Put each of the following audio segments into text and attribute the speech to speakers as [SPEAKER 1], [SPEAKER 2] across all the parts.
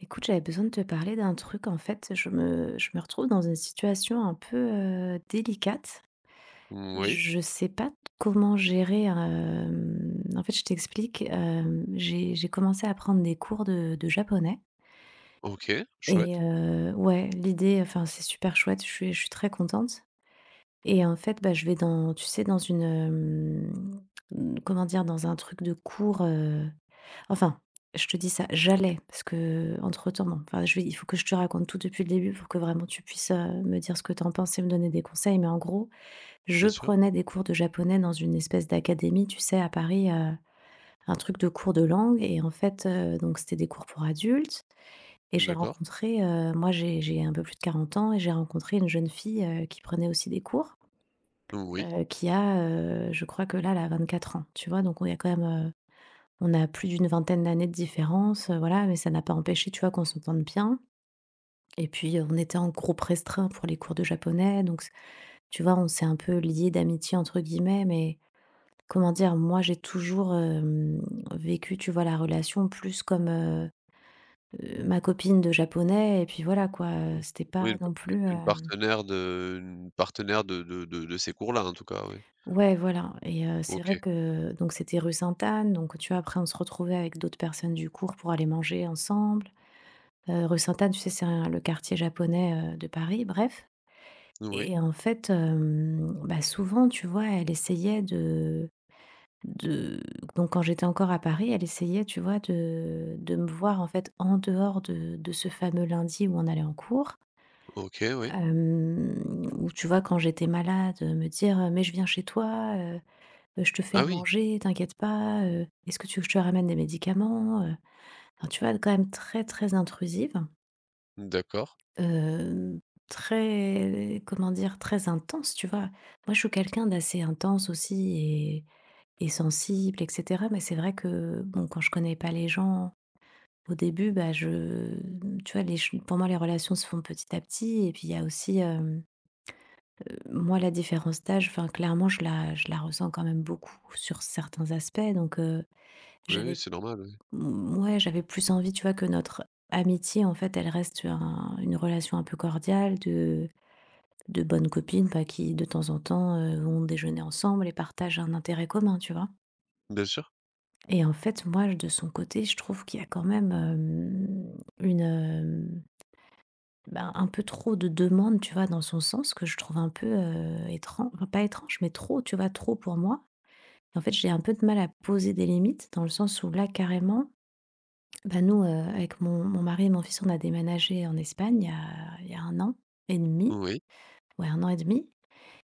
[SPEAKER 1] Écoute, j'avais besoin de te parler d'un truc. En fait, je me retrouve dans une situation un peu délicate.
[SPEAKER 2] Oui,
[SPEAKER 1] Je sais pas comment gérer. En fait, je t'explique. J'ai commencé à prendre des cours de japonais.
[SPEAKER 2] OK,
[SPEAKER 1] Et
[SPEAKER 2] chouette,
[SPEAKER 1] ouais, l'idée, enfin, c'est super chouette. Je suis très contente. Et en fait, bah, je vais dans, tu sais, dans une, comment dire, dans un truc de cours. Enfin, je te dis ça, j'allais, parce que entre temps bon, enfin, je vais il faut que je te raconte tout depuis le début pour que vraiment tu puisses, me dire ce que tu en penses et me donner des conseils. Mais en gros, je
[SPEAKER 2] bien sûr.
[SPEAKER 1] prenais des cours de japonais dans une espèce d'académie, tu sais, à Paris, un truc de cours de langue et en fait, donc c'était des cours pour adultes et j'ai
[SPEAKER 2] D'accord.
[SPEAKER 1] rencontré, moi j'ai un peu plus de 40 ans et j'ai rencontré une jeune fille, qui prenait aussi des cours,
[SPEAKER 2] Oui,
[SPEAKER 1] qui a, je crois que là, elle a 4 ans, tu vois? Donc on il y a quand même, on a plus d'une vingtaine d'années de différence, voilà, mais ça n'a pas empêché, tu vois, qu'on s'entende bien et puis, on était en groupe restreint pour les cours de japonais donc s tu vois, on s'est un peu «liés d'amitié» entre guillemets mais comment dire? Moi, j'ai toujours, vécu, tu vois, la relation plus comme, ma copine de japonais et puis voilà, quoi, c'était
[SPEAKER 2] oui,
[SPEAKER 1] pas non plus,
[SPEAKER 2] une
[SPEAKER 1] hem
[SPEAKER 2] partenaire de une partenaire de ces cours-là, en tout cas, oui.
[SPEAKER 1] ouais, voilà et c'est vrai
[SPEAKER 2] OK.
[SPEAKER 1] que donc c'était rue Sainte-Anne donc tu vois, après on se retrouvait avec d'autres personnes du cours pour aller manger ensemble. Rue Sainte-Anne, tu sais, c'est un le quartier japonais, de Paris, bref
[SPEAKER 2] Oui,
[SPEAKER 1] et en fait, bah, souvent, tu vois, elle essayait de donc quand j'étais encore à Paris, elle essayait, tu vois, de me voir, en fait, en dehors de ce fameux lundi où on allait en cours,
[SPEAKER 2] OK, oui.
[SPEAKER 1] hem, ou tu vois, quand j'étais malade, me dire, «Mais je viens chez toi, je te fais
[SPEAKER 2] Ah
[SPEAKER 1] à
[SPEAKER 2] oui,
[SPEAKER 1] manger, t'inquiète pas, est-ce que tu veux que je te ramène des médicaments?» Enfin, tu vois, elle est quand même très, très intrusive.
[SPEAKER 2] d'accord.
[SPEAKER 1] Hem, Très comment dire? Très intense, tu vois? Moi, je suis quelqu'un d'assez intense aussi et sensible et cetera, mais c'est vrai que, bon, quand je connais pas les gens, au début, bah, je tu vois, les ch pour moi, les relations se font petit à petit et puis il y a aussi, moi, la différence d'âge, enfin, clairement, je la ressens quand même beaucoup sur certains aspects donc
[SPEAKER 2] Oui, oui,
[SPEAKER 1] j'avais
[SPEAKER 2] c'est normal, oui.
[SPEAKER 1] m ouais, j'avais plus envie, tu vois, que notre amitié, en fait, elle reste sur un une relation un peu cordiale de bonnes copines, pas qui de temps en temps, vont déjeuner ensemble et partagent un intérêt commun, tu vois?
[SPEAKER 2] Bien sûr.
[SPEAKER 1] Et en fait, moi, je de son côté, je trouve qu'il y a quand même, une, hem, bah, un peu trop de demandes, tu vois? Dans son sens que je trouve un peu, étrange pas étrange, mais trop, tu vois? Trop pour moi. En fait, j'ai un peu de mal à poser des limites dans le sens où là, carrément, ben nous, avec mon mari et mon fils, on a déménagé en Espagne il y a un an et demi.
[SPEAKER 2] Oui.
[SPEAKER 1] Ouais, un an et demi.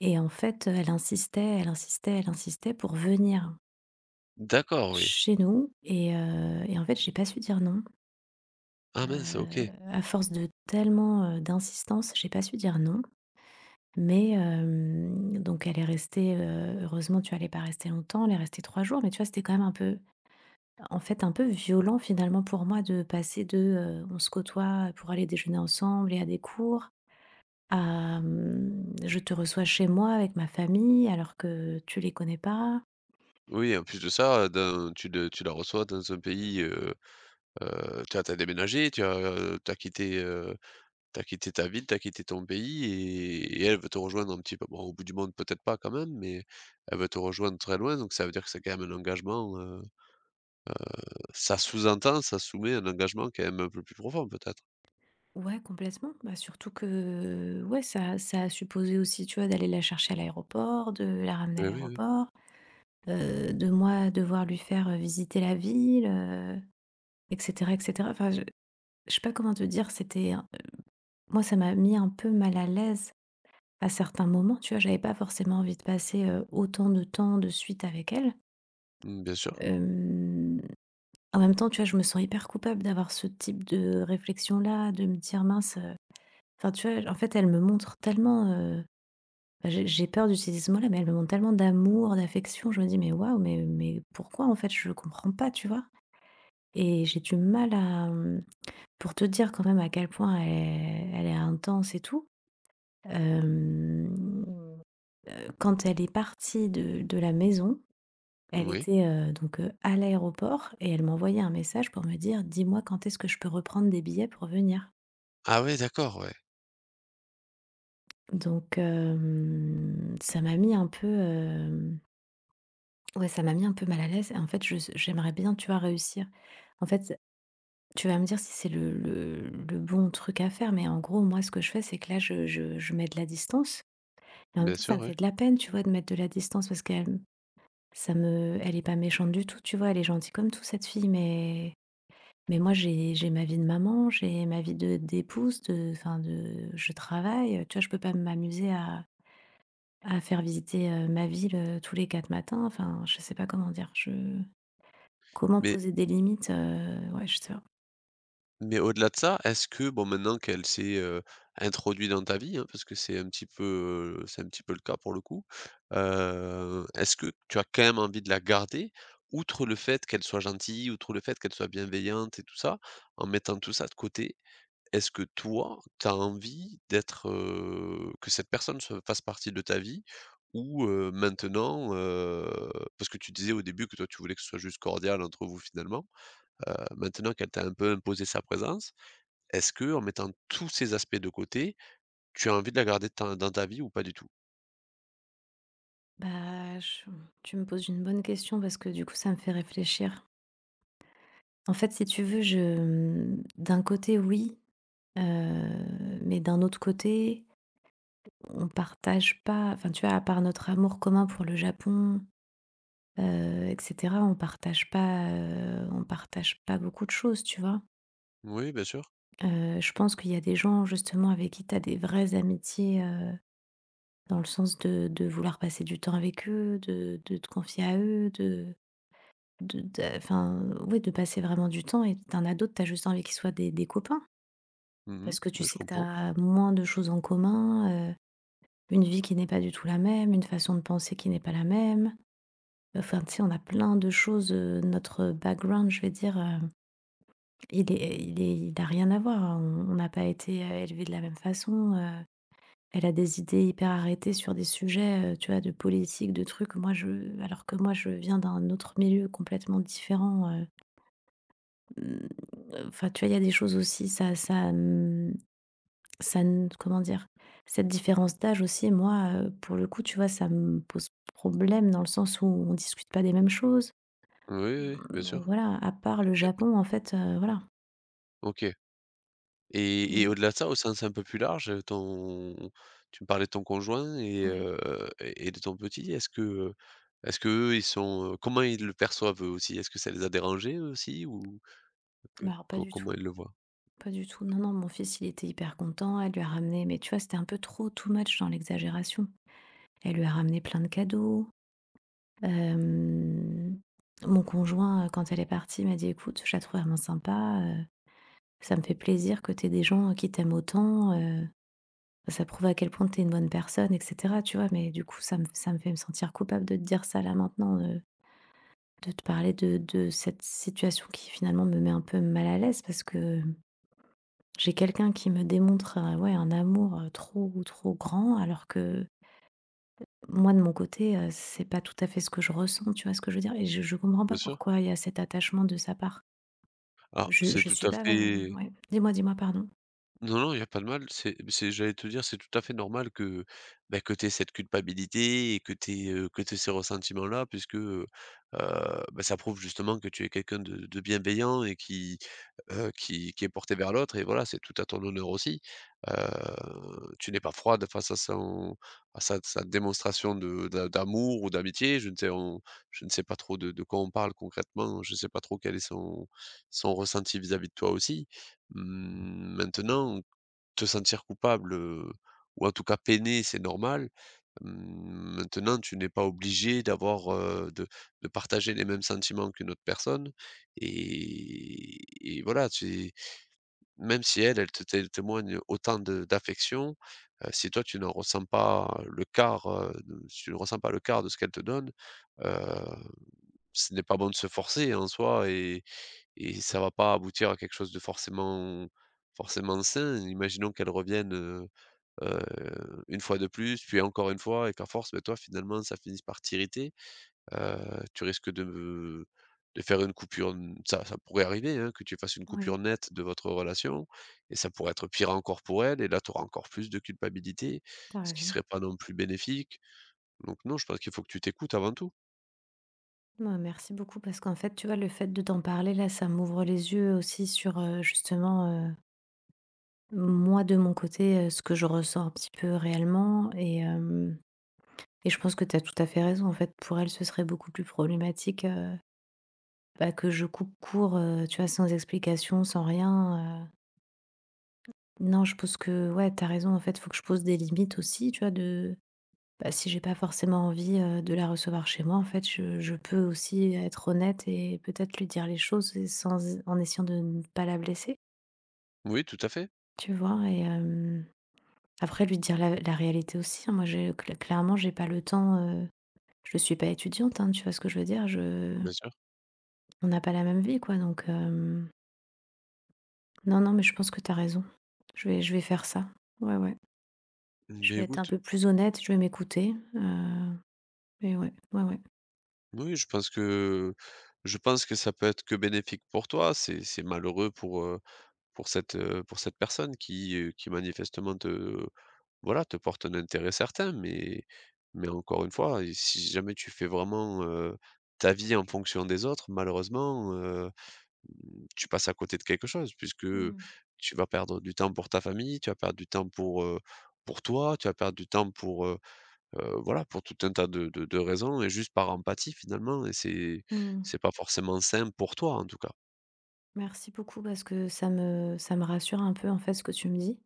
[SPEAKER 1] Et en fait, elle insistait, elle insistait, elle insistait pour venir
[SPEAKER 2] D'accord, oui.
[SPEAKER 1] chez nous et en fait, j'ai pas su dire non. Heu,
[SPEAKER 2] Ah mince, OK.
[SPEAKER 1] à force de tellement, d'insistance, j'ai pas su dire non. Mais donc elle est restée, heureusement, tu vois, elle est pas restée longtemps, elle est restée 3 jours, mais tu vois, c'était quand même un peu en fait, un peu violent finalement pour moi de passer de, on se côtoie pour aller déjeuner ensemble et à des cours, à, je te reçois chez moi avec ma famille alors que tu les connais pas.
[SPEAKER 2] Oui, en plus de ça, dans tu le tu la reçois dans un pays, tu as tu déménagé, tu as, tu quitté. T'as quitté ta ville, t'as quitté ton pays et elle veut te rejoindre un petit peu, bon, au bout du monde, peut-être pas quand même, mais elle veut te rejoindre très loin, donc ça veut dire que c'est quand même un engagement, ça sous-entend, ça soumet un engagement quand même un peu plus profond peut-être?
[SPEAKER 1] Ouais, complètement. Bah, surtout que ouais, ça a supposé aussi, tu vois, d'aller la chercher à l'aéroport, de la ramener à
[SPEAKER 2] Et oui, oui.
[SPEAKER 1] l'aéroport, de moi devoir lui faire, visiter la ville, et cetera, et cetera. Enfin, je sais pas comment te dire, c'était un moi, ça m'a mis un peu mal à l'aise à certains moments, tu vois? J'avais pas forcément envie de passer, autant de temps de suite avec elle.
[SPEAKER 2] Mmh, bien sûr,
[SPEAKER 1] Hem, En même temps, tu vois, je me sens hyper coupable d'avoir ce type de réflexion-là, de me dire: «Mince», enfin, tu vois? En fait, elle me montre tellement, Bah, j'ai peur d'utiliser ce mot-là, mais elle me montrent tellement d'amour, d'affection. Je me dis: «Mais waouh, mais pourquoi, en fait?» Je ne comprends pas, tu vois? Et j'ai du mal à, pour te dire quand même à quel point elle est intense et tout, hem, quand elle est partie de la maison, elle
[SPEAKER 2] oui.
[SPEAKER 1] était, donc, à l'aéroport et elle m'envoyait un message pour me dire: «Dis-moi quand est-ce que je peux reprendre des billets pour venir?»
[SPEAKER 2] Ah oui, d'accord, ouais.
[SPEAKER 1] donc, ça m'a mis un peu, euh, ouais, ça m'a mis un peu mal à l'aise et en fait, je j'aimerais bien, tu vois, réussir. En fait, tu vas me dire si c'est le bon truc à faire, mais en gros, moi, ce que je fais, c'est que là, je mets de la distance, mais en même
[SPEAKER 2] Bien
[SPEAKER 1] temps, ça
[SPEAKER 2] sûr,
[SPEAKER 1] me
[SPEAKER 2] oui.
[SPEAKER 1] fait de la peine, tu vois, de mettre de la distance parce qu'elle ça me elle est pas méchante du tout, tu vois? Elle est gentille comme tout, cette fille, mais moi, j'ai ma vie de maman, j'ai ma vie de d'épouse, de enfin, de je travaille, tu vois? Je peux pas m'amuser à faire visiter, ma ville, tous les 4 matins, enfin, je sais pas comment dire, je comment
[SPEAKER 2] Mais
[SPEAKER 1] poser des limites? Ouais, je sais pas.
[SPEAKER 2] Mais au-delà de ça, est-ce que bon maintenant qu'elle s'est, introduite dans ta vie, hein, parce que c'est un petit peu, c'est un petit peu le cas pour le coup, est-ce que tu as quand même envie de la garder? Outre le fait qu'elle soit gentille, outre le fait qu'elle soit bienveillante et tout ça, en mettant tout ça de côté, est-ce que toi, tu as envie d'être, que cette personne se fasse partie de ta vie? Ou, maintenant, parce que tu disais au début que toi tu voulais que ce soit juste cordial entre vous finalement, maintenant qu'elle t'a un peu imposé sa présence, est-ce que en mettant tous ces aspects de côté, tu as envie de la garder de ta dans ta vie ou pas du tout?
[SPEAKER 1] Bah, je tu me poses une bonne question parce que du coup, ça me fait réfléchir. En fait, si tu veux, d'un côté, oui, heu, mais d'un autre côté, on partage pas enfin, tu vois, à part notre amour commun pour le Japon, et cetera, on partage pas beaucoup de choses, tu vois?
[SPEAKER 2] Oui, bien sûr.
[SPEAKER 1] Je pense qu'il y a des gens, justement, avec qui tu as des vraies amitiés, dans le sens de vouloir passer du temps avec eux, de te confier à eux, de enfin, oui, de passer vraiment du temps et d'un ado, tu as juste envie qu'ils soient des copains.
[SPEAKER 2] Mmh.
[SPEAKER 1] Parce que tu
[SPEAKER 2] Oui, je
[SPEAKER 1] sais que tu
[SPEAKER 2] comprends.
[SPEAKER 1] as moins de choses en commun, une vie qui n'est pas du tout la même, une façon de penser qui n'est pas la même. Enfin, tu sais, on a plein de choses, notre background, je vais dire, il a rien à voir, hein. On n'a pas été, élevés de la même façon, Elle a des idées hyper arrêtées sur des sujets, tu vois, de politique, de trucs. Moi, je alors que moi, je viens d'un autre milieu complètement différent, mmh, enfin, tu vois, il y a des choses aussi, ça ça, mmh, ça n comment dire? Cette différence d'âge aussi, moi, pour le coup, tu vois, ça me pose problème dans le sens où on discute pas des mêmes choses.
[SPEAKER 2] Oui, oui, oui, bien
[SPEAKER 1] Bon,
[SPEAKER 2] sûr.
[SPEAKER 1] voilà, à part le Japon, en fait, voilà.
[SPEAKER 2] OK. Et
[SPEAKER 1] Mmh,
[SPEAKER 2] au-delà de ça, au sens un peu plus large, ton tu me parlais de ton conjoint et
[SPEAKER 1] oui.
[SPEAKER 2] heu et de ton petit. Est-ce que eux, ils sont, comment ils le perçoivent eux aussi? Est-ce que ça les a dérangés eux aussi ou? Que
[SPEAKER 1] Bah, alors pas
[SPEAKER 2] co
[SPEAKER 1] du tout,
[SPEAKER 2] comment il le voit?
[SPEAKER 1] pas du tout. Non, non, mon fils, il était hyper content, elle lui a ramené mais tu vois, c'était un peu trop, too much dans l'exagération. Elle lui a ramené plein de cadeaux. Hem, Mon conjoint, quand elle est partie, m'a dit: «Écoute, je la trouve vraiment sympa, ça me fait plaisir que tu des gens qui t'aiment autant, ça prouve à quel point tu es une bonne personne» et cetera, tu vois? Mais du coup, ça me fait me sentir coupable de te dire ça là maintenant, de te parler de cette situation qui finalement me met un peu mal à l'aise parce que j'ai quelqu'un qui me démontre, ouais, un amour, trop trop grand alors que moi, de mon côté, c'est pas tout à fait ce que je ressens, tu vois ce que je veux dire? Et je comprends
[SPEAKER 2] Bien
[SPEAKER 1] pas
[SPEAKER 2] sûr.
[SPEAKER 1] pourquoi il y a cet attachement de sa part.
[SPEAKER 2] Alors
[SPEAKER 1] Je
[SPEAKER 2] c'est
[SPEAKER 1] je
[SPEAKER 2] tout
[SPEAKER 1] suis
[SPEAKER 2] à
[SPEAKER 1] pas,
[SPEAKER 2] fait.
[SPEAKER 1] ouais. Dis-moi, dis-moi, pardon.
[SPEAKER 2] Non, non, il y a pas de mal. C'est j'allais te dire, c'est tout à fait normal que, bah, que tu aies cette culpabilité et que tu aies, que tu ces ressentiments-là puisque, bah, ça prouve justement que tu es quelqu'un de bienveillant et qui est porté vers l'autre et voilà, c'est tout à ton honneur aussi. Heu, tu n'es pas froide face à son à sa sa démonstration de d'a d'amour ou d'amitié. Je ne sais on je ne sais pas trop de quoi on parle concrètement. Je ne sais pas trop quel est son son ressenti vis-à-vis de toi aussi. Mmh, maintenant te sentir coupable, ou en tout cas peiné, c'est normal. Mmh, maintenant, tu n'es pas obligé d'avoir, de partager les mêmes sentiments qu'une autre personne et voilà, c'est même si elle, elle te té témoigne autant de d'affection, si toi tu n'en ressens pas le quart, de si tu ne ressens pas le quart de ce qu'elle te donne, heu, ce n'est pas bon de se forcer en soi et ça va pas aboutir à quelque chose de forcément forcément sain. Imaginons qu'elle revienne, heu, une fois de plus, puis encore une fois et qu'à force, ben toi, finalement, ça finisse par t'irriter, heu, tu risques de faire une coupure n ça ça pourrait arriver, hein, que tu fasses une
[SPEAKER 1] Oui,
[SPEAKER 2] coupure nette de votre relation et ça pourrait être pire encore pour elle et là, tu auras encore plus de culpabilité,
[SPEAKER 1] t'as
[SPEAKER 2] ce qui
[SPEAKER 1] raison.
[SPEAKER 2] serait pas non plus bénéfique. Donc non, je pense qu'il faut que tu t'écoutes avant tout.
[SPEAKER 1] Bah, merci beaucoup parce qu'en fait, tu vois, le fait de t'en parler, là, ça m'ouvre les yeux aussi sur, justement, moi, de mon côté, ce que je ressens un petit peu réellement et je pense que t'as tout à fait raison, en fait. Pour elle, ce serait beaucoup plus problématique, bah, que je coupe court, tu vois, sans explication, sans rien, non, je pense que ouais, t'as raison. En fait, faut que je pose des limites aussi, tu vois, de bah, si j'ai pas forcément envie, de la recevoir chez moi, en fait, je peux aussi être honnête et peut-être lui dire les choses et sans en essayant de ne pas la blesser,
[SPEAKER 2] Oui, tout à fait,
[SPEAKER 1] tu vois? Et après lui dire la réalité aussi, hein. Moi, j'ai cl clairement, j'ai pas le temps, heu, je suis pas étudiante, hein, tu vois ce que je veux dire? Je
[SPEAKER 2] bien sûr.
[SPEAKER 1] on n'a pas la même vie, quoi, donc non, non, mais je pense que t'as raison. Je vais faire ça. Ouais, ouais. Je
[SPEAKER 2] Ben
[SPEAKER 1] vais être un
[SPEAKER 2] écoute,
[SPEAKER 1] peu plus honnête, je vais m'écouter, mais ouais, ouais, ouais.
[SPEAKER 2] oui, je pense que ça peut être que bénéfique pour toi. C'est malheureux pour cette personne qui manifestement te voilà, te porte un intérêt certain, mais encore une fois et si jamais tu fais vraiment, ta vie en fonction des autres, malheureusement, mmh, tu passes à côté de quelque chose puisque
[SPEAKER 1] Mmh.
[SPEAKER 2] tu vas perdre du temps pour ta famille, tu vas perdre du temps pour toi, tu vas perdre du temps pour, voilà, pour tout un tas de raisons et juste par empathie finalement et
[SPEAKER 1] Mmh.
[SPEAKER 2] c'est pas forcément sain pour toi, en tout cas.
[SPEAKER 1] Merci beaucoup parce que ça me rassure un peu, en fait, ce que tu me dis.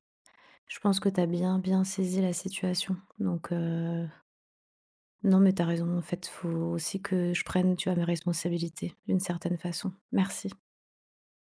[SPEAKER 1] Je pense que tu as bien, bien saisi la situation. Donc, non, mais tu as raison. En fait, faut aussi que je prenne, tu vois, mes responsabilités, d'une certaine façon. Merci.